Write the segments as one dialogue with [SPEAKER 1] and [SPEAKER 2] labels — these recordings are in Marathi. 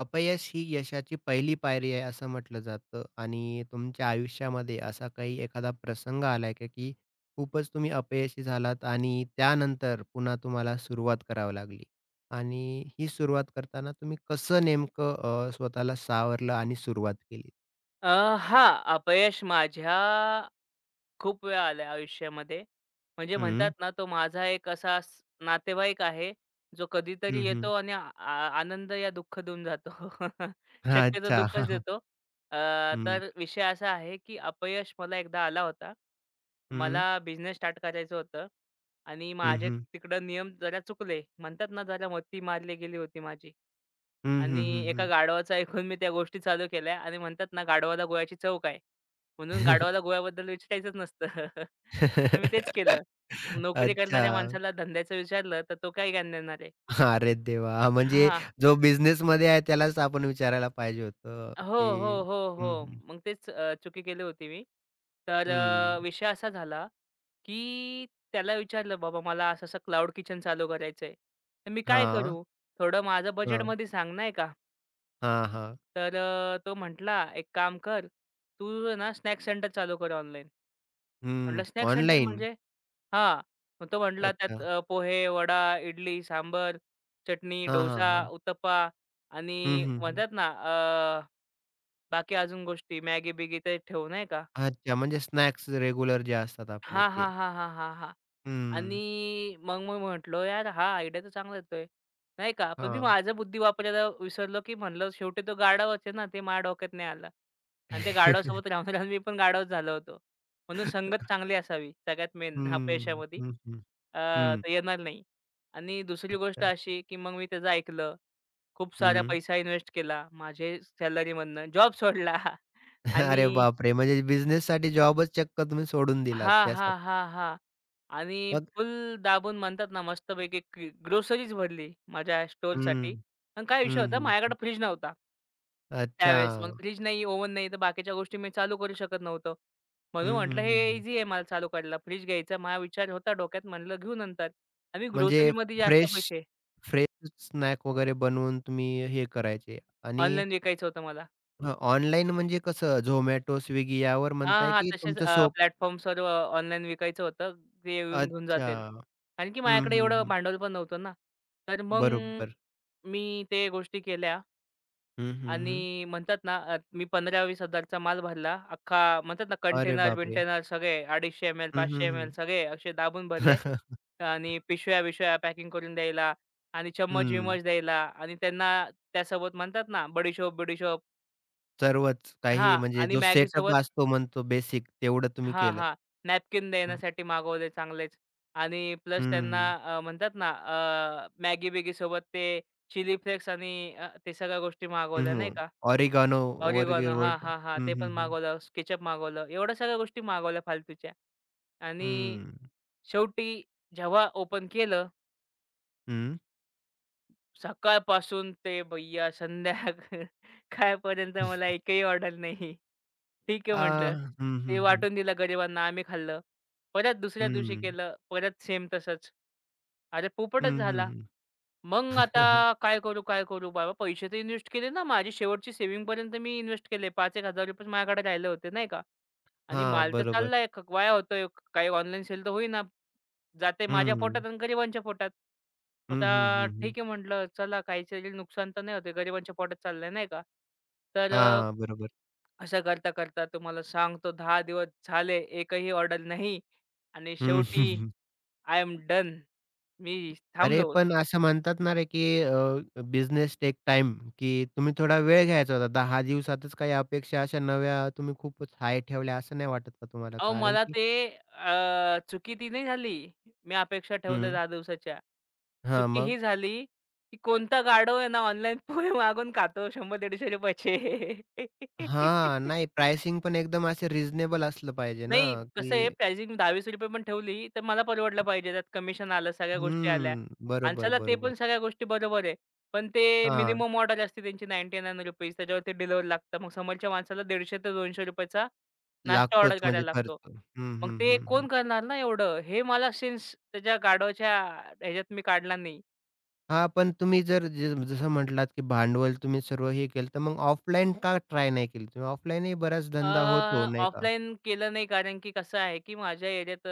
[SPEAKER 1] अपयश ही यशाची पहिली पायरी आहे असं म्हटलं जातं आणि तुमच्या आयुष्यामध्ये असा काही एखादा प्रसंग आलाय का की खूपच तुम्ही अपयशी झालात आणि त्यानंतर पुन्हा तुम्हाला सुरुवात करावी लागली आणि ही सुरुवात करताना तुम्ही कसं नेमकं स्वतःला सावरलं आणि सुरुवात केली?
[SPEAKER 2] अ, हां, अपयश माझ्या खूप वेळा आलंय आयुष्यामध्ये. म्हणजे
[SPEAKER 1] हं,
[SPEAKER 2] म्हणतात ना, तो माझा एक असा नातेवाईक आहे, जो कधीतरी
[SPEAKER 1] हं, हं.
[SPEAKER 2] येतो आणि आ आ- आनंद या दुःख देऊन जातो. शक्यतो दुःखच
[SPEAKER 1] अच्छा.
[SPEAKER 2] देतो. अ,
[SPEAKER 1] हं,
[SPEAKER 2] तर विषय असा आहे, की अपयश मला एकदा आला होता.
[SPEAKER 1] हं, हं,
[SPEAKER 2] मला बिझनेस स्टार्ट करायचं होतं आणि माझे
[SPEAKER 1] हं.
[SPEAKER 2] तिकडं नियम जरा चुकले. म्हणतात ना, जरा मती मारली गेली होती माझी.
[SPEAKER 1] हं,
[SPEAKER 2] आणि
[SPEAKER 1] हं, हं,
[SPEAKER 2] एका
[SPEAKER 1] हं.
[SPEAKER 2] गाढवाचं ऐकून मी त्या गोष्टी चालू केल्या आणि म्हणतात ना गाढवाला गोव्याची चव काय? म्हणून गाढवाला गोव्याबद्दल विचारायचंच नसतं. तर मी तेच केलं. नोकरी करणाऱ्या
[SPEAKER 1] अच्छा.
[SPEAKER 2] माणसाला धंद्याचं विचारलं तर तो काय ज्ञान देणार आहे?
[SPEAKER 1] अरे देवा! म्हणजे
[SPEAKER 2] हां.
[SPEAKER 1] जो बिझनेसमध्ये आहे त्यालाच आपण विचारायला पाहिजे होतं,
[SPEAKER 2] हो,
[SPEAKER 1] की
[SPEAKER 2] हो, हो,
[SPEAKER 1] हं,
[SPEAKER 2] हो.
[SPEAKER 1] हं.
[SPEAKER 2] मग तेच चुकी केली होती मी. तर
[SPEAKER 1] हं.
[SPEAKER 2] विषय असा झाला, की त्याला विचारलं, "बाबा मला असं-असं क्लाउड किचन चालू करायचंय. तर मी काय
[SPEAKER 1] हां,
[SPEAKER 2] करू? थोडं माझं
[SPEAKER 1] हां.
[SPEAKER 2] बजेटमध्ये सांग." नाही का?
[SPEAKER 1] हां, हां.
[SPEAKER 2] तर तो म्हटला, "एक काम कर, तू आहे ना स्नॅक्स सेंटर चालू कर ऑनलाईन."
[SPEAKER 1] हं.
[SPEAKER 2] म्हटलं, "स्नॅक्स सेंटर
[SPEAKER 1] ऑनलाईन.
[SPEAKER 2] म्हणजे?" हां. मग तो म्हटला,
[SPEAKER 1] अच्छा.
[SPEAKER 2] "त्यात पोहे, वडा, इडली, सांबर चटणी,
[SPEAKER 1] हां, हां,
[SPEAKER 2] डोसा,
[SPEAKER 1] हां.
[SPEAKER 2] उत्तप्पा आणि
[SPEAKER 1] हं, हं, हं.
[SPEAKER 2] म्हणतात ना बाकी अजून गोष्टी मॅगी-बिगी ते ठेवू, नाही का?"
[SPEAKER 1] अच्छा, म्हणजे स्नॅक्स रेग्युलर जे असतात आपले
[SPEAKER 2] हां, हां,
[SPEAKER 1] ते.
[SPEAKER 2] हां, हां, हां, हां.
[SPEAKER 1] हं.
[SPEAKER 2] आणि मग मी म्हटलो, "यार, हा आयडिया तर चांगला येतोय," नाही का. पण मी
[SPEAKER 1] हां.
[SPEAKER 2] माझा बुद्धी वापरायला विसरलो, की म्हणलं शेवटी तो गाढवच आहे ना, ते माझ्या डोक्यात नाही आलं. आणि त्या गाढवासोबत राहून, राहून मी पण गाढवच झालो होतो. म्हणून संगत चांगली असावी सगळ्यात मेन
[SPEAKER 1] हं.
[SPEAKER 2] अपयशामध्ये.
[SPEAKER 1] हं, हं.
[SPEAKER 2] अ,
[SPEAKER 1] हं.
[SPEAKER 2] तर येणार नाही. आणि दुसरी गोष्ट
[SPEAKER 1] अ,
[SPEAKER 2] अशी, की मग मी त्याचं ऐकलं. खूप सारा
[SPEAKER 1] हं.
[SPEAKER 2] पैसा इन्व्हेस्ट केला माझे सॅलरीमधनं. जॉब सोडला.
[SPEAKER 1] अरे
[SPEAKER 2] आणि
[SPEAKER 1] बापरे! म्हणजे बिझनेससाठी जॉबच चक्क तुम्ही सोडून दिलात
[SPEAKER 2] हां, हां,
[SPEAKER 1] त्यासाठी.
[SPEAKER 2] हां, हां. आणि
[SPEAKER 1] मग
[SPEAKER 2] फुल दाबून म्हणतात ना, मस्तपैकी ग्रोसरीज भरली माझ्या स्टोअरसाठी.
[SPEAKER 1] हं.
[SPEAKER 2] पण काय विषय
[SPEAKER 1] हं,
[SPEAKER 2] होता,
[SPEAKER 1] हं, हं.
[SPEAKER 2] माझ्याकडे फ्रिज नव्हता.
[SPEAKER 1] अच्छा.
[SPEAKER 2] त्यावेळेस मग फ्रिज नाही, ओव्हन नाही, तर बाकीच्या गोष्टी मी चालू करू शकत नव्हतो.
[SPEAKER 1] हं,
[SPEAKER 2] म्हणून
[SPEAKER 1] हं,
[SPEAKER 2] म्हटलं
[SPEAKER 1] हं,
[SPEAKER 2] हे
[SPEAKER 1] हं.
[SPEAKER 2] ईझी आहे मला चालू करायला. फ्रिज घ्यायचा माझा विचार होता डोक्यात, म्हटलं घेऊ नंतर. आणि
[SPEAKER 1] म्हणजे
[SPEAKER 2] ग्रोसरीमध्ये जास्त
[SPEAKER 1] फ्रेश
[SPEAKER 2] पैसे
[SPEAKER 1] फ्रेश स्नॅक वगैरे बनवून तुम्ही हे करायचे आणि
[SPEAKER 2] ऑनलाईन विकायचं होतं मला.
[SPEAKER 1] हं, ऑनलाईन म्हणजे कसं Zomato, Swiggy यावर
[SPEAKER 2] हां,
[SPEAKER 1] म्हणताय
[SPEAKER 2] हां.
[SPEAKER 1] की
[SPEAKER 2] तसेच
[SPEAKER 1] तुमचं सोप
[SPEAKER 2] प्लॅटफॉर्म्सवर ऑनलाईन विकायचं होतं. ते येऊन घेऊन
[SPEAKER 1] अच्छा.
[SPEAKER 2] जातील. कारण की
[SPEAKER 1] हं,
[SPEAKER 2] माझ्याकडे
[SPEAKER 1] हं,
[SPEAKER 2] एवढं
[SPEAKER 1] हं.
[SPEAKER 2] भांडवल पण नव्हतं ना. तर मग
[SPEAKER 1] बरोबर.
[SPEAKER 2] मी ते गोष्टी केल्या
[SPEAKER 1] हं, हं, हं.
[SPEAKER 2] आणि म्हणतात ना मी 15-20,000 चा माल भरला. अख्खा म्हणतात ना
[SPEAKER 1] अरे बापरे!
[SPEAKER 2] कंटेनर-बिंटेनर सगळे 250 एम एल,
[SPEAKER 1] हं,
[SPEAKER 2] 500
[SPEAKER 1] हं,
[SPEAKER 2] एम एल
[SPEAKER 1] हं.
[SPEAKER 2] सगळे असे दाबून भरले
[SPEAKER 1] हं.
[SPEAKER 2] आणि पिशव्या-बिशव्या पॅकिंग करून द्यायला आणि चम्मच-बिम्मच द्यायला आणि त्यांना त्यासोबत म्हणतात ना बडिशोप-बिडिशोप
[SPEAKER 1] सर्वच
[SPEAKER 2] हां
[SPEAKER 1] काही म्हणजे
[SPEAKER 2] आणि
[SPEAKER 1] जो सेटअप
[SPEAKER 2] मॅगीसोबत
[SPEAKER 1] असतो म्हणतो बेसिक तेवढं तुम्ही
[SPEAKER 2] हां,
[SPEAKER 1] केलंत.
[SPEAKER 2] हां. नॅपकिन
[SPEAKER 1] हं,
[SPEAKER 2] देण्यासाठी मागवले चांगलेच आणि प्लस त्यांना
[SPEAKER 1] हं.
[SPEAKER 2] म्हणतात ना मॅगी-बिगी सोबत ते चिली फ्लेक्स आणि ते सगळ्या गोष्टी
[SPEAKER 1] हं,
[SPEAKER 2] मागवल्या नाही
[SPEAKER 1] हं.
[SPEAKER 2] का.
[SPEAKER 1] Oregano
[SPEAKER 2] oregano. हां,
[SPEAKER 1] वगैरे.
[SPEAKER 2] हां, हां.
[SPEAKER 1] हं,
[SPEAKER 2] ते
[SPEAKER 1] हं,
[SPEAKER 2] पण
[SPEAKER 1] हं.
[SPEAKER 2] मागवलं, केचअप मागवलं. एवढ्या सगळ्या गोष्टी मागवल्या फालतूच्या आणि
[SPEAKER 1] हं.
[SPEAKER 2] शेवटी जेव्हा ओपन केलं,
[SPEAKER 1] हं.
[SPEAKER 2] सकाळपासून ते भैय्या संध्याकाळपर्यंत मला एकही ऑर्डर नाही. ठीक आहे
[SPEAKER 1] आ,
[SPEAKER 2] म्हटलं.
[SPEAKER 1] हं,
[SPEAKER 2] ते
[SPEAKER 1] हं, हं.
[SPEAKER 2] वाटून दिलं गरिबांना, आम्ही खाल्लं. परत दुसऱ्या दिवशी
[SPEAKER 1] हं.
[SPEAKER 2] केलं, परत सेम तसंच. अरे
[SPEAKER 1] हं,
[SPEAKER 2] पोपटच झाला.
[SPEAKER 1] हं, हं.
[SPEAKER 2] मग आता काय करू, काय करू बाबा? पैसे तर इन्व्हेस्ट केले ना. माझी शेवटची सेव्हिंगपर्यंत मी इन्व्हेस्ट केले. 5,000-1000 माझ्याकडे राहिले होते, नाही का? आणि
[SPEAKER 1] हां,
[SPEAKER 2] माल तर
[SPEAKER 1] बरोबर.
[SPEAKER 2] चाललाय, वाया होतोय. काही ऑनलाईन सेल तर होईना. जाते माझ्या
[SPEAKER 1] हं.
[SPEAKER 2] पोटात आणि गरिबांच्या पोटात.
[SPEAKER 1] हं, हं,
[SPEAKER 2] आता
[SPEAKER 1] हं, हं.
[SPEAKER 2] ठीक आहे म्हटलं, चला काहीतरी नुकसान तर नाही होतंय, गरिबांच्या पोटात चाललंय, नाही का? तर
[SPEAKER 1] हां, बरोबर.
[SPEAKER 2] असं करता-करता तुम्हाला सांगतो 10 दिवस झाले, एकही ऑर्डर नाही आणि
[SPEAKER 1] हं, हं,
[SPEAKER 2] शेवटी
[SPEAKER 1] हं.
[SPEAKER 2] I am done. मी
[SPEAKER 1] अरे,
[SPEAKER 2] थांबलो.
[SPEAKER 1] पण असं म्हणतात ना रे, की बिझनेस टेक टाइम की तुम्ही थोडा वेळ घ्यायचा होता. 10 दिवसातच काही अपेक्षा अशा नव्या तुम्ही खूपच हाय ठेवल्या असं नाही वाटत का तुम्हाला?
[SPEAKER 2] अहो,
[SPEAKER 1] कारण
[SPEAKER 2] मला
[SPEAKER 1] की
[SPEAKER 2] ते चुकी ती नाही झाली. मी अपेक्षा ठेवल्या
[SPEAKER 1] हं.
[SPEAKER 2] 10 दिवसाच्या.
[SPEAKER 1] हां,
[SPEAKER 2] चुकी
[SPEAKER 1] मग?
[SPEAKER 2] ही झाली, की कोणता गाढव आहे ना ऑनलाईन पोहे मागून खातो ₹100-150 चे.
[SPEAKER 1] हां, नाही प्राइसिंग पण एकदम असे रिझनेबल असलं पाहिजे ना,
[SPEAKER 2] नाही कसं
[SPEAKER 1] की
[SPEAKER 2] आहे प्राइसिंग ₹20 पण ठेवली, तर मला परवडलं पाहिजे. त्यात कमिशन आलं, सगळ्या गोष्टी आल्या.
[SPEAKER 1] हं.
[SPEAKER 2] आणि
[SPEAKER 1] बरोबर,
[SPEAKER 2] चला ते
[SPEAKER 1] बरोबर.
[SPEAKER 2] पण सगळ्या गोष्टी बरोबर आहे. पण ते
[SPEAKER 1] हां.
[SPEAKER 2] मिनिमम ऑर्डर असते त्यांची ₹99 त्याच्यावरती डिलिव्हरी लागतं. मग समोरच्या माणसाला ₹150 ते ₹200 चा नाश्ता ऑर्डर
[SPEAKER 1] लागतोच म्हणजे
[SPEAKER 2] करायला
[SPEAKER 1] खर्च.
[SPEAKER 2] लागतो.
[SPEAKER 1] हं,
[SPEAKER 2] मग
[SPEAKER 1] हं,
[SPEAKER 2] ते
[SPEAKER 1] हं,
[SPEAKER 2] कोण
[SPEAKER 1] हं.
[SPEAKER 2] करणार ना एवढं? हे मला सिन्स त्याच्या गाढवाच्या ह्याच्यात मी काढला नाही.
[SPEAKER 1] हां, पण तुम्ही जर जसं म्हटलात, की भांडवल तुम्ही सर्व हे केलं, तर मग ऑफलाईन का ट्राय नाही केली तुम्ही? ऑफलाईनही बराच धंदा होतो नाही का?
[SPEAKER 2] ऑफलाईन केलं नाही कारण की कसं आहे की माझ्या एरियात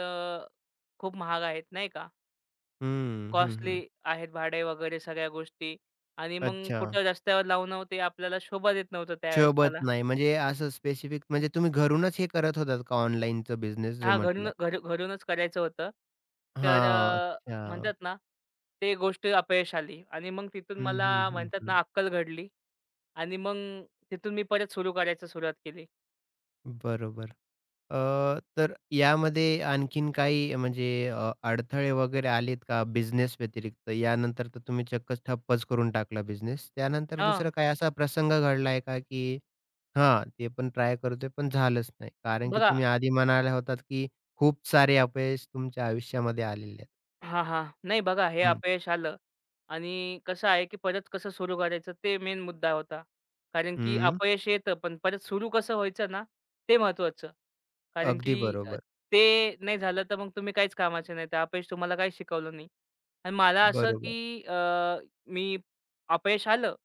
[SPEAKER 2] खूप महाग आहेत नाही का?
[SPEAKER 1] हं, हं,
[SPEAKER 2] कॉस्टली
[SPEAKER 1] हं.
[SPEAKER 2] आहेत भाडे वगैरे सगळ्या गोष्टी आणि मग
[SPEAKER 1] अच्छा.
[SPEAKER 2] कुठं रस्त्यावर लावणं ते आपल्याला शोभा देत नव्हतं त्यावेळेस
[SPEAKER 1] शोभत
[SPEAKER 2] मला.
[SPEAKER 1] नाही म्हणजे असं स्पेसिफिक म्हणजे तुम्ही घरूनच हे करत होतात का ऑनलाईनचं बिझनेस जे
[SPEAKER 2] हां, घरून
[SPEAKER 1] म्हटलं?
[SPEAKER 2] घर घरूनच करायचं होतं. तर
[SPEAKER 1] हां,
[SPEAKER 2] म्हणतात
[SPEAKER 1] अच्छा.
[SPEAKER 2] ना, ते गोष्ट अपयश आली आणि मग तिथून
[SPEAKER 1] हं,
[SPEAKER 2] मला
[SPEAKER 1] हं, हं,
[SPEAKER 2] म्हणतात
[SPEAKER 1] हं.
[SPEAKER 2] ना, अक्कल घडली आणि मग तिथून मी परत सुरू करायचं सुरुवात केली.
[SPEAKER 1] बरोबर. तर यामध्ये आणखीन काही म्हणजे अडथळे वगैरे आलेत का बिझनेस व्यतिरिक्त? यानंतर तर तुम्ही चक्कच ठप्पच करून टाकला बिझनेस. त्यानंतर दुसरा
[SPEAKER 2] हां,
[SPEAKER 1] काही असा प्रसंग घडलाय का, की हां, ते पण ट्राय करतोय पण झालंच नाही? कारण की
[SPEAKER 2] बघा
[SPEAKER 1] तुम्ही आधी म्हणाल्या होतात, की खूप सारे अपयश तुमच्या आयुष्यामध्ये आलेले आहेत.
[SPEAKER 2] हां, हां. नाही बघा हे
[SPEAKER 1] हं,
[SPEAKER 2] अपयश आलं आणि कसं आहे, की परत कसं सुरू करायचं ते मेन मुद्दा होता. कारण की
[SPEAKER 1] हं.
[SPEAKER 2] अपयश येतं, पण परत सुरू कसं व्हायचं ना, ते महत्त्वाचं. कारण की
[SPEAKER 1] अगदी बरोबर.
[SPEAKER 2] ते नाही झालं तर मग तुम्ही काहीच कामाचे नाही. ते अपयश तुम्हाला काही शिकवलं नाही. आणि मला असं,
[SPEAKER 1] बरोबर.
[SPEAKER 2] की अ, मी अपयश आलं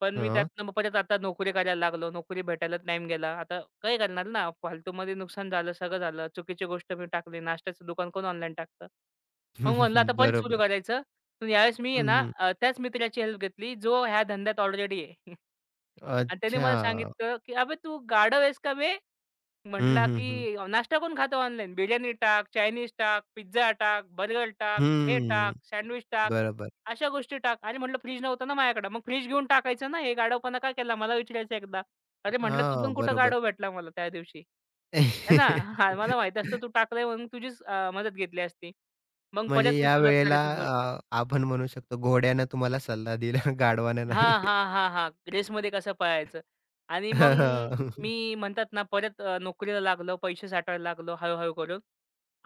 [SPEAKER 2] पण मी
[SPEAKER 1] हां.
[SPEAKER 2] त्यातनं मग परत आता नोकरी करायला लागलो. नोकरी भेटायला टाईम गेला. आता काय करणार ना, फालतूमध्ये नुकसान झालं, सगळं झालं. चुकीची गोष्ट मी टाकली. नाश्त्याचं दुकान कोण ऑनलाईन टाकतं? मग म्हणलं आता परत सुरू
[SPEAKER 1] बरोबर.
[SPEAKER 2] करायचं. पण यावेळेस मी आहे
[SPEAKER 1] हं,
[SPEAKER 2] ना
[SPEAKER 1] हं.
[SPEAKER 2] त्याच मित्राची हेल्प घेतली, जो ह्या धंद्यात ऑलरेडी आहे. आणि त्याने मला
[SPEAKER 1] अच्छा.
[SPEAKER 2] सांगितलं, की "अबे तू गाढव आहेस का बे?"
[SPEAKER 1] हं,
[SPEAKER 2] म्हटला,
[SPEAKER 1] हं, हं.
[SPEAKER 2] की नाश्ता कोण खातं ऑनलाईन? बिर्याणी टाक, चायनीज टाक, पिझ्झा टाक, बर्गर टाक, हे
[SPEAKER 1] हं.
[SPEAKER 2] टाक, सँडविच टाक,
[SPEAKER 1] बरोबर.
[SPEAKER 2] अशा गोष्टी टाक. अरे म्हटलं फ्रीज नव्हतं ना माझ्याकडं. मग फ्रिज घेऊन टाकायचं ना. हे गाढवपणा का केला? मला विचारायचं एकदा. अरे म्हटलं, तू
[SPEAKER 1] हां,
[SPEAKER 2] पण कुठं गाढव
[SPEAKER 1] बरोबर.
[SPEAKER 2] भेटला मला त्या दिवशी. आहे ना? हां, मला माहीत असतं तू टाकलंय म्हणून तुझीच मदत घेतली असती. मग
[SPEAKER 1] म्हणजे
[SPEAKER 2] परत मी
[SPEAKER 1] या
[SPEAKER 2] सुरुवात
[SPEAKER 1] वेळेला
[SPEAKER 2] करायचो
[SPEAKER 1] आपण म्हणू शकतो घोड्यानं तुम्हाला सल्ला दिला, गाढवानं नाही.
[SPEAKER 2] हां, हां, हां, हां. ग्रेसमध्ये कसं पळायचं आणि मग
[SPEAKER 1] हां, हां. हं.
[SPEAKER 2] मी म्हणतात ना परत नोकरीला लागलो, पैसे साठवायला लागलो हळू-हळू करून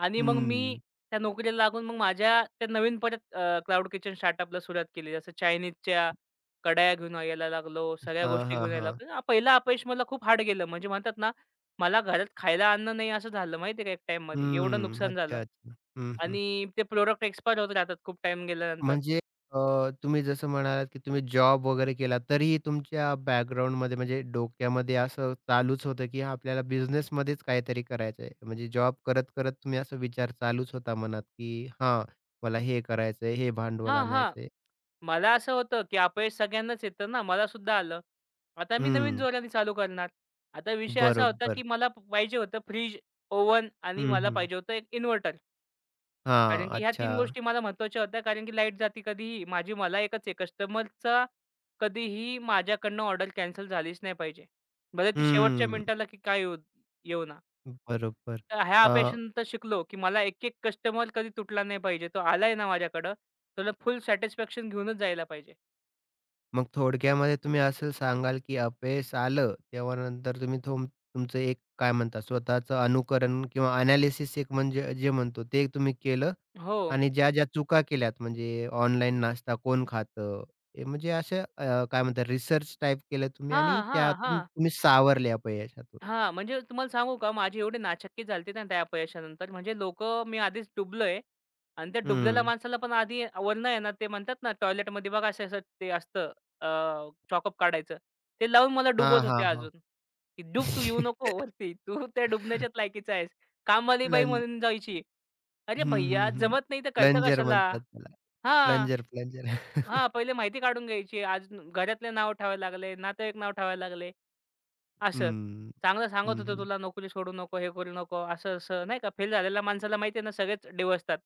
[SPEAKER 2] आणि मग मी
[SPEAKER 1] हम्म.
[SPEAKER 2] त्या नोकरीला लागून मग माझ्या त्या नवीन परत क्लाउड किचन स्टार्टअपला सुरुवात केली. जसं चायनीजच्या कढया घेऊन यायला लागलो, सगळ्या
[SPEAKER 1] हां,
[SPEAKER 2] गोष्टी
[SPEAKER 1] हां,
[SPEAKER 2] घेऊन यायला
[SPEAKER 1] हां.
[SPEAKER 2] लागलो. पहिलं अपयश मला खूप हार्ड गेलं. म्हणजे म्हणतात ना मला घरात खायला अन्न नाही असं झालं माहिती का एक टाईममध्ये. एवढं
[SPEAKER 1] हं.
[SPEAKER 2] नुकसान झालं
[SPEAKER 1] अच्छा, अच्छा. हं, हं.
[SPEAKER 2] आणि ते प्रॉडक्ट एक्सपायर होत राहतात खूप टाईम गेल्यानंतर.
[SPEAKER 1] म्हणजे अ, तुम्ही जसं म्हणालात, की तुम्ही जॉब वगैरे केला, तरीही तुमच्या बॅकग्राऊंडमध्ये म्हणजे डोक्यामध्ये असं चालूच होतं, की हा, आपल्याला बिझनेसमध्येच काहीतरी करायचं आहे. म्हणजे जॉब करत-करत तुम्ही असा विचार चालूच होता मनात, की हां, मला हे करायचंय, हे भांडवल
[SPEAKER 2] हां, हां.
[SPEAKER 1] आणायचंय.
[SPEAKER 2] मला असं होतं, की अपयश सगळ्यांनाच येतं ना, मला सुद्धा आलं. आता मी नवीन
[SPEAKER 1] हं,
[SPEAKER 2] जोराने चालू करणार. आता विषय असा होता,
[SPEAKER 1] बरोबर.
[SPEAKER 2] की मला पाहिजे होतं फ्रिज, ओव्हन आणि
[SPEAKER 1] हं,
[SPEAKER 2] मला
[SPEAKER 1] हं.
[SPEAKER 2] पाहिजे होतं एक इन्व्हर्टर.
[SPEAKER 1] हां,
[SPEAKER 2] कारण की ह्या
[SPEAKER 1] अच्छा.
[SPEAKER 2] 3 गोष्टी मला महत्त्वाच्या होत्या. कारण की लाईट जाती कधीही. माझी मला एकच आहे, कस्टमरचा कधीही माझ्याकडनं ऑर्डर कॅन्सल झालीच नाही पाहिजे. भले ती शेवटच्या
[SPEAKER 1] हं,
[SPEAKER 2] मिनिटाला की काय येऊ येऊ ना.
[SPEAKER 1] बरोबर.
[SPEAKER 2] तर ह्या
[SPEAKER 1] अ,
[SPEAKER 2] अपयशानंतर शिकलो, की मला एक-एक कस्टमर कधी तुटला नाही पाहिजे. तो आलाय ना माझ्याकडं, त्याला फुल सॅटिस्फॅक्शन घेऊनच जायला पाहिजे.
[SPEAKER 1] मग थोडक्यामध्ये तुम्ही असं सांगाल, की अपयश आलं, तेव्हा नंतर तुम्ही तुमचं एक काय म्हणता स्वतःचं अनुकरण किंवा एनालिसिस एक म्हणजे जे म्हणतो ते तुम्ही केलं
[SPEAKER 2] हो.
[SPEAKER 1] आणि ज्या-ज्या चुका केल्यात म्हणजे ऑनलाईन नाश्ता कोण खातं? हे म्हणजे अशा काय म्हणतात रिसर्च टाइप केलं तुम्ही आणि
[SPEAKER 2] हां, हां,
[SPEAKER 1] त्यातून
[SPEAKER 2] हां.
[SPEAKER 1] तुम्ही सावरले अपयशातून.
[SPEAKER 2] हां, म्हणजे तुम्हाला सांगू का माझी एवढी नाचक्की झाली ना त्या अपयशानंतर म्हणजे लोक मी आधीच डुबलोय आणि त्या डुबलेल्या
[SPEAKER 1] हं.
[SPEAKER 2] माणसाला पण आधी वरनं आहे ना ते म्हणतात ना टॉयलेटमध्ये बघा असं असं ते असतं अ, चॉकअप काढायचं. ते लावून मला
[SPEAKER 1] हां,
[SPEAKER 2] डुबवत होते
[SPEAKER 1] हां, हां.
[SPEAKER 2] अजून, की "डूब तू येऊ नको वरती. तू त्या डुबण्याच्याच लायकीचा आहेस." कामवाली बाई
[SPEAKER 1] प्लन
[SPEAKER 2] म्हणून जायची. "अरे
[SPEAKER 1] हं,
[SPEAKER 2] भैय्या
[SPEAKER 1] हं, हं.
[SPEAKER 2] जमत नाही तर करता
[SPEAKER 1] प्लंजर
[SPEAKER 2] कशाला?"
[SPEAKER 1] म्हणतात त्याला.
[SPEAKER 2] हां,
[SPEAKER 1] प्लंजर, प्लंजर.
[SPEAKER 2] हां. पहिले माहिती काढून घ्यायची. आज घरातले नाव ठेवायला लागले, नातेवाईक नाव ठेवायला लागले. असं.
[SPEAKER 1] हं,
[SPEAKER 2] चांगलं सांगत
[SPEAKER 1] हं,
[SPEAKER 2] होतो
[SPEAKER 1] हं.
[SPEAKER 2] तुला नोकरी सोडू नको, हे करू नको, असं-असं नाही का. फेल झालेल्या माणसाला माहिती आहे ना सगळेच डिवचतात.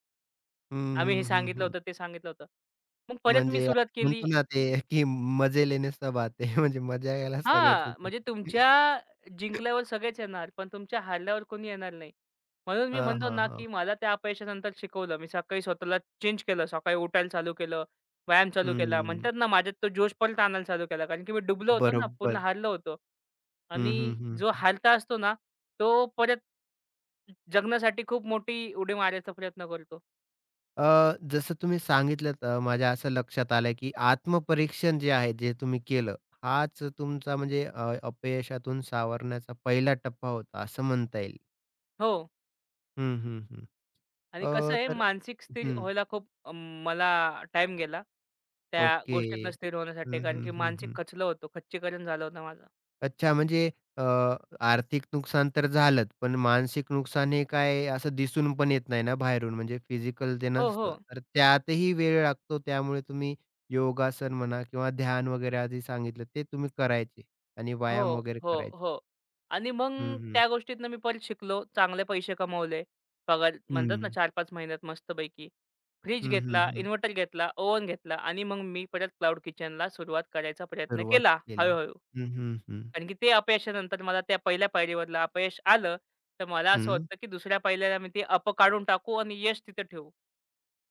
[SPEAKER 1] हं,
[SPEAKER 2] आम्ही हे
[SPEAKER 1] हं, हं,
[SPEAKER 2] सांगितलं
[SPEAKER 1] हं.
[SPEAKER 2] होतं, ते सांगितलं होतं. मग परत मी
[SPEAKER 1] म्हणजे
[SPEAKER 2] सुरुवात केली
[SPEAKER 1] म्हणतो ना ते की मजे लेने सब आते म्हणजे मजा यायला सगळेच
[SPEAKER 2] हां,
[SPEAKER 1] येतात.
[SPEAKER 2] म्हणजे तुमच्या जिंकल्यावर सगळेच येणार, पण तुमच्या हारल्यावर कोणी येणार नाही. म्हणून मी
[SPEAKER 1] हां,
[SPEAKER 2] म्हणतो
[SPEAKER 1] हां,
[SPEAKER 2] ना,
[SPEAKER 1] हां.
[SPEAKER 2] की मला त्या अपयशानंतर शिकवलं. मी सकाळी स्वतःला चेंज केलं. सकाळी उठायला चालू केलं, व्यायाम चालू केला.
[SPEAKER 1] हं.
[SPEAKER 2] म्हणतात ना, माझ्यात तो जोश परत आणायला चालू केला. कारण की मी डुबलो होतो ना, पूर्ण
[SPEAKER 1] बरोबर.
[SPEAKER 2] हारलो होतो.
[SPEAKER 1] हं,
[SPEAKER 2] आणि
[SPEAKER 1] हं, हं,
[SPEAKER 2] जो
[SPEAKER 1] हं.
[SPEAKER 2] हारता असतो ना, तो परत जगण्यासाठी खूप मोठी उडी मारायचा प्रयत्न करतो.
[SPEAKER 1] जसं तुम्ही सांगितलत माझ्या असं लक्षात आलं की आत्मपरीक्षण जे आहे, जे तुम्ही केलं, हाच तुमचा म्हणजे अपयशातून सावरण्याचा पहिला टप्पा होता असं म्हणता येईल.
[SPEAKER 2] हो.
[SPEAKER 1] हं, हं, हं.
[SPEAKER 2] आणि कसं आहे
[SPEAKER 1] तर
[SPEAKER 2] मानसिक स्थिर
[SPEAKER 1] हं.
[SPEAKER 2] व्हायला खूप मला टाईम गेला. त्या
[SPEAKER 1] ओके.
[SPEAKER 2] गोष्टीतनं स्थिर होण्यासाठी
[SPEAKER 1] हं,
[SPEAKER 2] कारण की
[SPEAKER 1] हं, हं,
[SPEAKER 2] मानसिक
[SPEAKER 1] हं.
[SPEAKER 2] खचलो होतो. खच्चीकरण झालं होतं माझं.
[SPEAKER 1] अच्छा म्हणजे अ, आर्थिक नुकसान तर झालंच, पण मानसिक नुकसान हे काय असं दिसून पण येत नाही ना बाहेरून, म्हणजे फिजिकल ते
[SPEAKER 2] हो, हो.
[SPEAKER 1] नसतं. तर त्यातही वेळ लागतो, त्यामुळे तुम्ही योगासन म्हणा किंवा ध्यान वगैरे आधी सांगितलं, ते तुम्ही करायचे आणि व्यायाम
[SPEAKER 2] हो,
[SPEAKER 1] वगैरे
[SPEAKER 2] हो,
[SPEAKER 1] करायचे.
[SPEAKER 2] हो. आणि मग
[SPEAKER 1] हं, हं.
[SPEAKER 2] त्या गोष्टीतनं मी परत शिकलो. चांगले पैसे कमवले. पगार म्हणतात
[SPEAKER 1] हं.
[SPEAKER 2] ना 4-5 महिन्यात मस्तपैकी. फ्रिज
[SPEAKER 1] हं, हं,
[SPEAKER 2] घेतला,
[SPEAKER 1] हं.
[SPEAKER 2] इन्व्हर्टर घेतला, ओव्हन घेतला आणि मग मी परत क्लाउड किचनला सुरुवात करायचा प्रयत्न
[SPEAKER 1] सुरुवात
[SPEAKER 2] केला
[SPEAKER 1] केली.
[SPEAKER 2] हळू
[SPEAKER 1] हं, हं, हं.
[SPEAKER 2] कारण की ते अपयशानंतर मला त्या पहिल्या पायरीवरलं अपयश आलं, तर मला असं
[SPEAKER 1] हं.
[SPEAKER 2] होतं, की दुसऱ्या पायरीला मी ते अप काढून टाकू आणि यश तिथं ठेवू.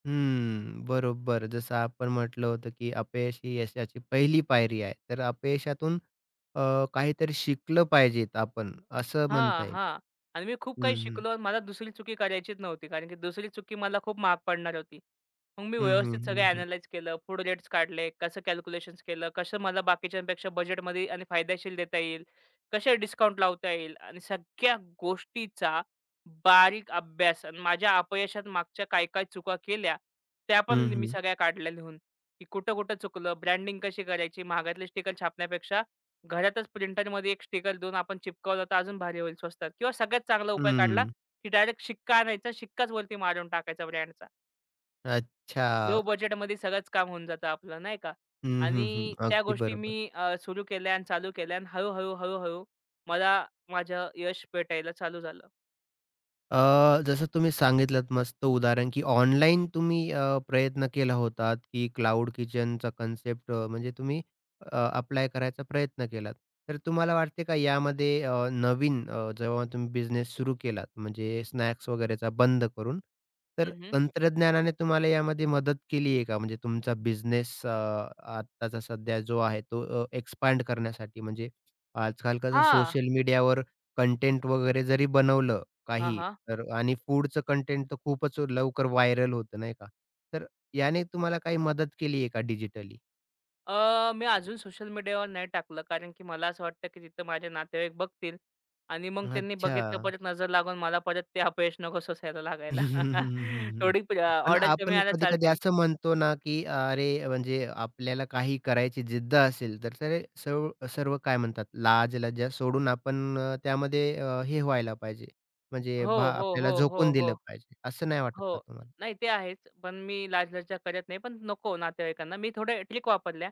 [SPEAKER 1] हं. बरोबर. जसं आपण म्हटलं होतं, की अपयश ही यशाची पहिली पायरी आहे. तर अपयशातून काहीतरी शिकलं पाहिजेत आपण असं म्हणता
[SPEAKER 2] हां,
[SPEAKER 1] येईल.
[SPEAKER 2] हां. आणि मी खूप काही
[SPEAKER 1] हं, हं.
[SPEAKER 2] शिकलो आणि मला दुसरी चुकी करायचीच नव्हती. कारण की दुसरी चुकी मला खूप महाग पडणार होती. मग मी
[SPEAKER 1] हं, हं,
[SPEAKER 2] व्यवस्थित सगळं
[SPEAKER 1] हं, हं.
[SPEAKER 2] ॲनलाईज केलं, फूड रेट्स काढले, कसं कॅल्क्युलेशन्स केलं, कसं मला बाकीच्यांपेक्षा बजेटमध्ये आणि फायदेशीर देता येईल, कसे डिस्काउंट लावता येईल आणि सगळ्या गोष्टीचा बारीक अभ्यास आणि माझ्या अपयशात मागच्या काय, काय चुका केल्या, त्या पण
[SPEAKER 1] हं,
[SPEAKER 2] मी
[SPEAKER 1] हं.
[SPEAKER 2] सगळ्या काढल्या लिहून, की कुठं-कुठं चुकलं, ब्रँडिंग कशी करायची, महागातले स्टिकर छापण्यापेक्षा घरातच प्रिंटरमध्ये एक स्टिकर देऊन आपण चिपकवलं तर अजून भारी होईल स्वस्तात किंवा सगळ्यात चांगला उपाय काढला,
[SPEAKER 1] हं.
[SPEAKER 2] की डायरेक्ट शिक्का आणायचा, शिक्काच वरती मारून टाकायचा ब्रँडचा. लो
[SPEAKER 1] अच्छा.
[SPEAKER 2] बजेटमध्ये सगळंच काम होऊन जातं आपलं नाही का?
[SPEAKER 1] हं, हं, हं.
[SPEAKER 2] आणि त्या
[SPEAKER 1] अगदी
[SPEAKER 2] गोष्टी
[SPEAKER 1] बरोबर.
[SPEAKER 2] मी सुरू केल्या आणि चालू केल्या आणि हळू-हळू, हळूहळू मला माझं यश भेटायला चालू झालं.
[SPEAKER 1] अ, जसं तुम्ही सांगितलंत मस्त उदाहरण, की ऑनलाईन तुम्ही प्रयत्न केला होतात, की क्लाउड किचनचा कन्सेप्ट म्हणजे तुम्ही अप्लाय करायचा प्रयत्न केलात. तर तुम्हाला वाटते का यामध्ये नवीन जेव्हा तुम्ही बिझनेस सुरू केलात, म्हणजे स्नॅक्स वगैरेचा बंद करून, तर
[SPEAKER 2] हं, हं.
[SPEAKER 1] तंत्रज्ञानाने तुम्हाला यामध्ये मदत केली आहे का? म्हणजे तुमचा बिझनेस आत्ताचा सध्या जो आहे तो एक्सपांड करण्यासाठी म्हणजे आजकाल कसं
[SPEAKER 2] हां.
[SPEAKER 1] सोशल मीडियावर कंटेंट वगैरे जरी बनवलं काही,
[SPEAKER 2] हां,
[SPEAKER 1] तर आणि फूडचं कंटेंट तर खूपच लवकर व्हायरल होतं नाही का? तर याने तुम्हाला काही मदत केली आहे का डिजिटली?
[SPEAKER 2] मी अजून सोशल मीडियावर नाही टाकलं. कारण की मला असं वाटतं, की तिथं माझे नातेवाईक बघतील आणि मग त्यांनी
[SPEAKER 1] अच्छा.
[SPEAKER 2] बघितलं परत नजर लागून मला परत ते अपयश नको सोसायला
[SPEAKER 1] हं,
[SPEAKER 2] लागायला.
[SPEAKER 1] हं, हं, हं, हं.
[SPEAKER 2] थोडी प
[SPEAKER 1] पण
[SPEAKER 2] ऑर्डर कमी
[SPEAKER 1] आपण
[SPEAKER 2] आल्या
[SPEAKER 1] कधी-कधी
[SPEAKER 2] चालतील.
[SPEAKER 1] असं म्हणतो ना, की अरे, म्हणजे आपल्याला काही करायची जिद्द असेल, तर ते सर्व सर्व काय म्हणतात, लाज-लज्जा सोडून आपण त्यामध्ये हे व्हायला पाहिजे, म्हणजे
[SPEAKER 2] हो, हो,
[SPEAKER 1] आपल्याला
[SPEAKER 2] हो, हो,
[SPEAKER 1] झोकून दिलं
[SPEAKER 2] हो,
[SPEAKER 1] पाहिजे. असं नाही वाटत का
[SPEAKER 2] हो.
[SPEAKER 1] तुम्हाला?
[SPEAKER 2] नाही ते आहेच. पण मी लाजलज्जा करत नाही. पण नको नातेवाईकांना. मी थोड्या ट्रिक वापरल्या.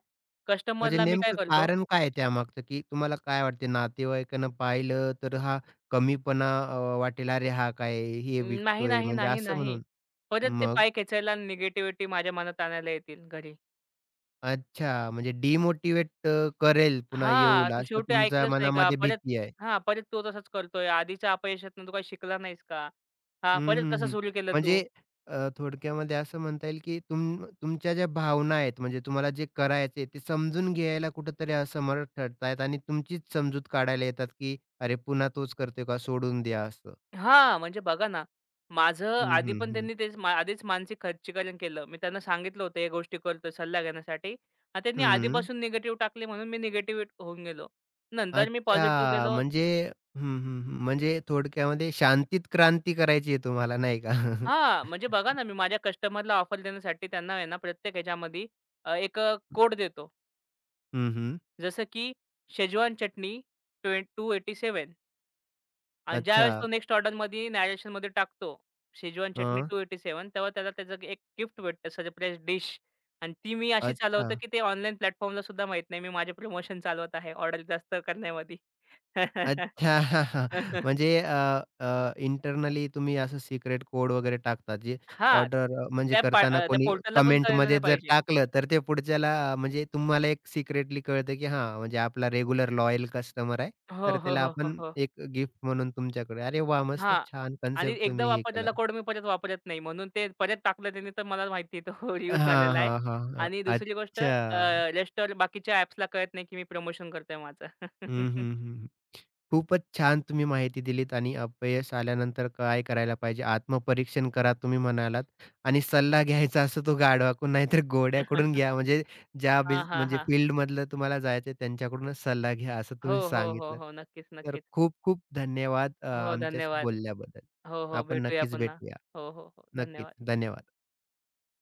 [SPEAKER 1] म्हणजे
[SPEAKER 2] कस्टमरला मी काय
[SPEAKER 1] नेमकं
[SPEAKER 2] करतो,
[SPEAKER 1] कारण काय आहे त्यामागचं, की तुम्हाला काय वाटते नातेवाईकांना पाहिलं तर हा कमीपणा वाटेल, "अरे हा काय हे
[SPEAKER 2] "नाही,
[SPEAKER 1] विकतोय,"
[SPEAKER 2] नाही,
[SPEAKER 1] म्हणजे
[SPEAKER 2] नाही,
[SPEAKER 1] असं
[SPEAKER 2] नाही."
[SPEAKER 1] म्हणून.
[SPEAKER 2] परत ते
[SPEAKER 1] मग?
[SPEAKER 2] पाय खेचायला निगेटिव्हिटी माझ्या मनात आणायला येतील घरी.
[SPEAKER 1] अच्छा, म्हणजे डिमोटिव्हेट करेल पुन्हा
[SPEAKER 2] हां,
[SPEAKER 1] येऊल
[SPEAKER 2] तू
[SPEAKER 1] असं
[SPEAKER 2] शेवटी
[SPEAKER 1] तुमच्या
[SPEAKER 2] ऐकलंच नाही का?
[SPEAKER 1] मनामध्ये
[SPEAKER 2] परत
[SPEAKER 1] भीती आहे.
[SPEAKER 2] हां, परत तो तसंच करतोय. आधीच्या अपयशातून तू काही शिकला नाहीस का? हां,
[SPEAKER 1] हं,
[SPEAKER 2] परत
[SPEAKER 1] हं,
[SPEAKER 2] कसं
[SPEAKER 1] हं.
[SPEAKER 2] सुरू केलं तू?
[SPEAKER 1] म्हणजे थोडक्यामध्ये असं म्हणता येईल, की तुमच्या ज्या भावना आहेत म्हणजे तुम्हाला जे करायचंय ते समजून घ्यायला कुठेतरी असमर्थ ठरतायत आणि तुमचीच समजूत काढायला येतात, की "अरे पुन्हा तोच करतोय का? सोडून द्या." असं.
[SPEAKER 2] हां, म्हणजे बघा ना, माझं
[SPEAKER 1] हं,
[SPEAKER 2] आधी
[SPEAKER 1] हं,
[SPEAKER 2] पण
[SPEAKER 1] हं.
[SPEAKER 2] त्यांनी तेच आधीच मानसिक खच्चीकरण केलं. मी त्यांना सांगितलं होतं, या गोष्टी करतोय सल्ला घेण्यासाठी आणि त्यांनी
[SPEAKER 1] हं.
[SPEAKER 2] आधीपासून निगेटिव्ह टाकले म्हणून मी निगेटिव्ह होऊन गेलो. नंतर मी पॉझिटिव्ह
[SPEAKER 1] अच्छा.
[SPEAKER 2] गेलो
[SPEAKER 1] म्हणजे हं, हं, हं. म्हणजे थोडक्यामध्ये शांतीत क्रांती करायची आहे तुम्हाला नाही का?
[SPEAKER 2] हां, म्हणजे बघा ना, मी माझ्या कस्टमरला ऑफर देण्यासाठी त्यांना आहे ना, प्रत्येक ह्याच्यामध्ये एक कोड देतो.
[SPEAKER 1] हं, हं.
[SPEAKER 2] जसं की शेजवान चटणी 287 आणि
[SPEAKER 1] अच्छा.
[SPEAKER 2] ज्यावेळेस तो नेक्स्ट ऑर्डरमध्ये नॅरेशनमध्ये टाकतो, शेजवान चटणी
[SPEAKER 1] हं.
[SPEAKER 2] 287 तेव्हा त्याला त्याचं एक गिफ्ट भेटतं सरप्राईज डिश आणि ती मी अशी
[SPEAKER 1] अच्छा.
[SPEAKER 2] चालवतो, की ते ऑनलाईन प्लॅटफॉर्मला सुद्धा माहीत नाही. मी माझे प्रमोशन चालवत आहे ऑर्डर जास्त करण्यामध्ये.
[SPEAKER 1] अच्छा. म्हणजे अ, अ, इंटरनली तुम्ही असं सिक्रेट कोड वगैरे टाकता जे
[SPEAKER 2] हां.
[SPEAKER 1] ऑर्डर म्हणजे करताना
[SPEAKER 2] त्या
[SPEAKER 1] कोणी
[SPEAKER 2] पोर्टलला पण कळलं नाही
[SPEAKER 1] कमेंटमध्ये जर
[SPEAKER 2] पाहिजे.
[SPEAKER 1] टाकलं तर ते पुढच्याला म्हणजे तुम्हाला एक सिक्रेटली कळतं, की हां, म्हणजे आपला रेग्युलर लॉयल कस्टमर आहे.
[SPEAKER 2] हो,
[SPEAKER 1] तर
[SPEAKER 2] हो,
[SPEAKER 1] त्याला
[SPEAKER 2] हो, हो,
[SPEAKER 1] आपण
[SPEAKER 2] हो.
[SPEAKER 1] एक गिफ्ट म्हणून तुमच्याकडे. अरे वाह! मस्त
[SPEAKER 2] हां.
[SPEAKER 1] छान
[SPEAKER 2] आणि
[SPEAKER 1] कन्सेप्ट
[SPEAKER 2] एकदा
[SPEAKER 1] तुम्ही हे
[SPEAKER 2] वापरलेला
[SPEAKER 1] केलात.
[SPEAKER 2] कोड मी परत वापरत नाही. म्हणून ते परत टाकलं त्याने तर मला माहिती आहे तो रियूज
[SPEAKER 1] हां,
[SPEAKER 2] झालेला आहे.
[SPEAKER 1] हां, हां, हां.
[SPEAKER 2] आणि दुसरी गोष्ट अ,
[SPEAKER 1] अच्छा.
[SPEAKER 2] रेस्टॉर बाकीच्या ॲप्सला कळत नाही, की मी प्रमोशन करतोय माझं.
[SPEAKER 1] हं, हं, हं. खूपच छान तुम्ही माहिती दिलीत आणि अपयश आल्यानंतर काय करायला पाहिजे, आत्मपरीक्षण करा तुम्ही म्हणालात आणि सल्ला घ्यायचा असतो तो गाढवाकडून नाहीतर घोड्याकडून घ्या. म्हणजे ज्या बिझ
[SPEAKER 2] हां, हां,
[SPEAKER 1] म्हणजे
[SPEAKER 2] हां.
[SPEAKER 1] फील्डमधलं तुम्हाला जायचं आहे त्यांच्याकडूनच सल्ला घ्या असं
[SPEAKER 2] हो,
[SPEAKER 1] तुम्ही
[SPEAKER 2] हो, हो,
[SPEAKER 1] सांगितलंत.
[SPEAKER 2] हो. नक्कीच,
[SPEAKER 1] तर
[SPEAKER 2] नक्कीच.
[SPEAKER 1] खूप-खूप धन्यवाद
[SPEAKER 2] हो,
[SPEAKER 1] आमच्याशी
[SPEAKER 2] धन्यवाद.
[SPEAKER 1] बोलल्याबद्दल.
[SPEAKER 2] हो, हो.
[SPEAKER 1] आपण
[SPEAKER 2] भेटूया
[SPEAKER 1] नक्कीच
[SPEAKER 2] पुन्हा.
[SPEAKER 1] भेटूया.
[SPEAKER 2] हो, हो, हो.
[SPEAKER 1] नक्कीच.
[SPEAKER 2] धन्यवाद.
[SPEAKER 1] धन्यवाद.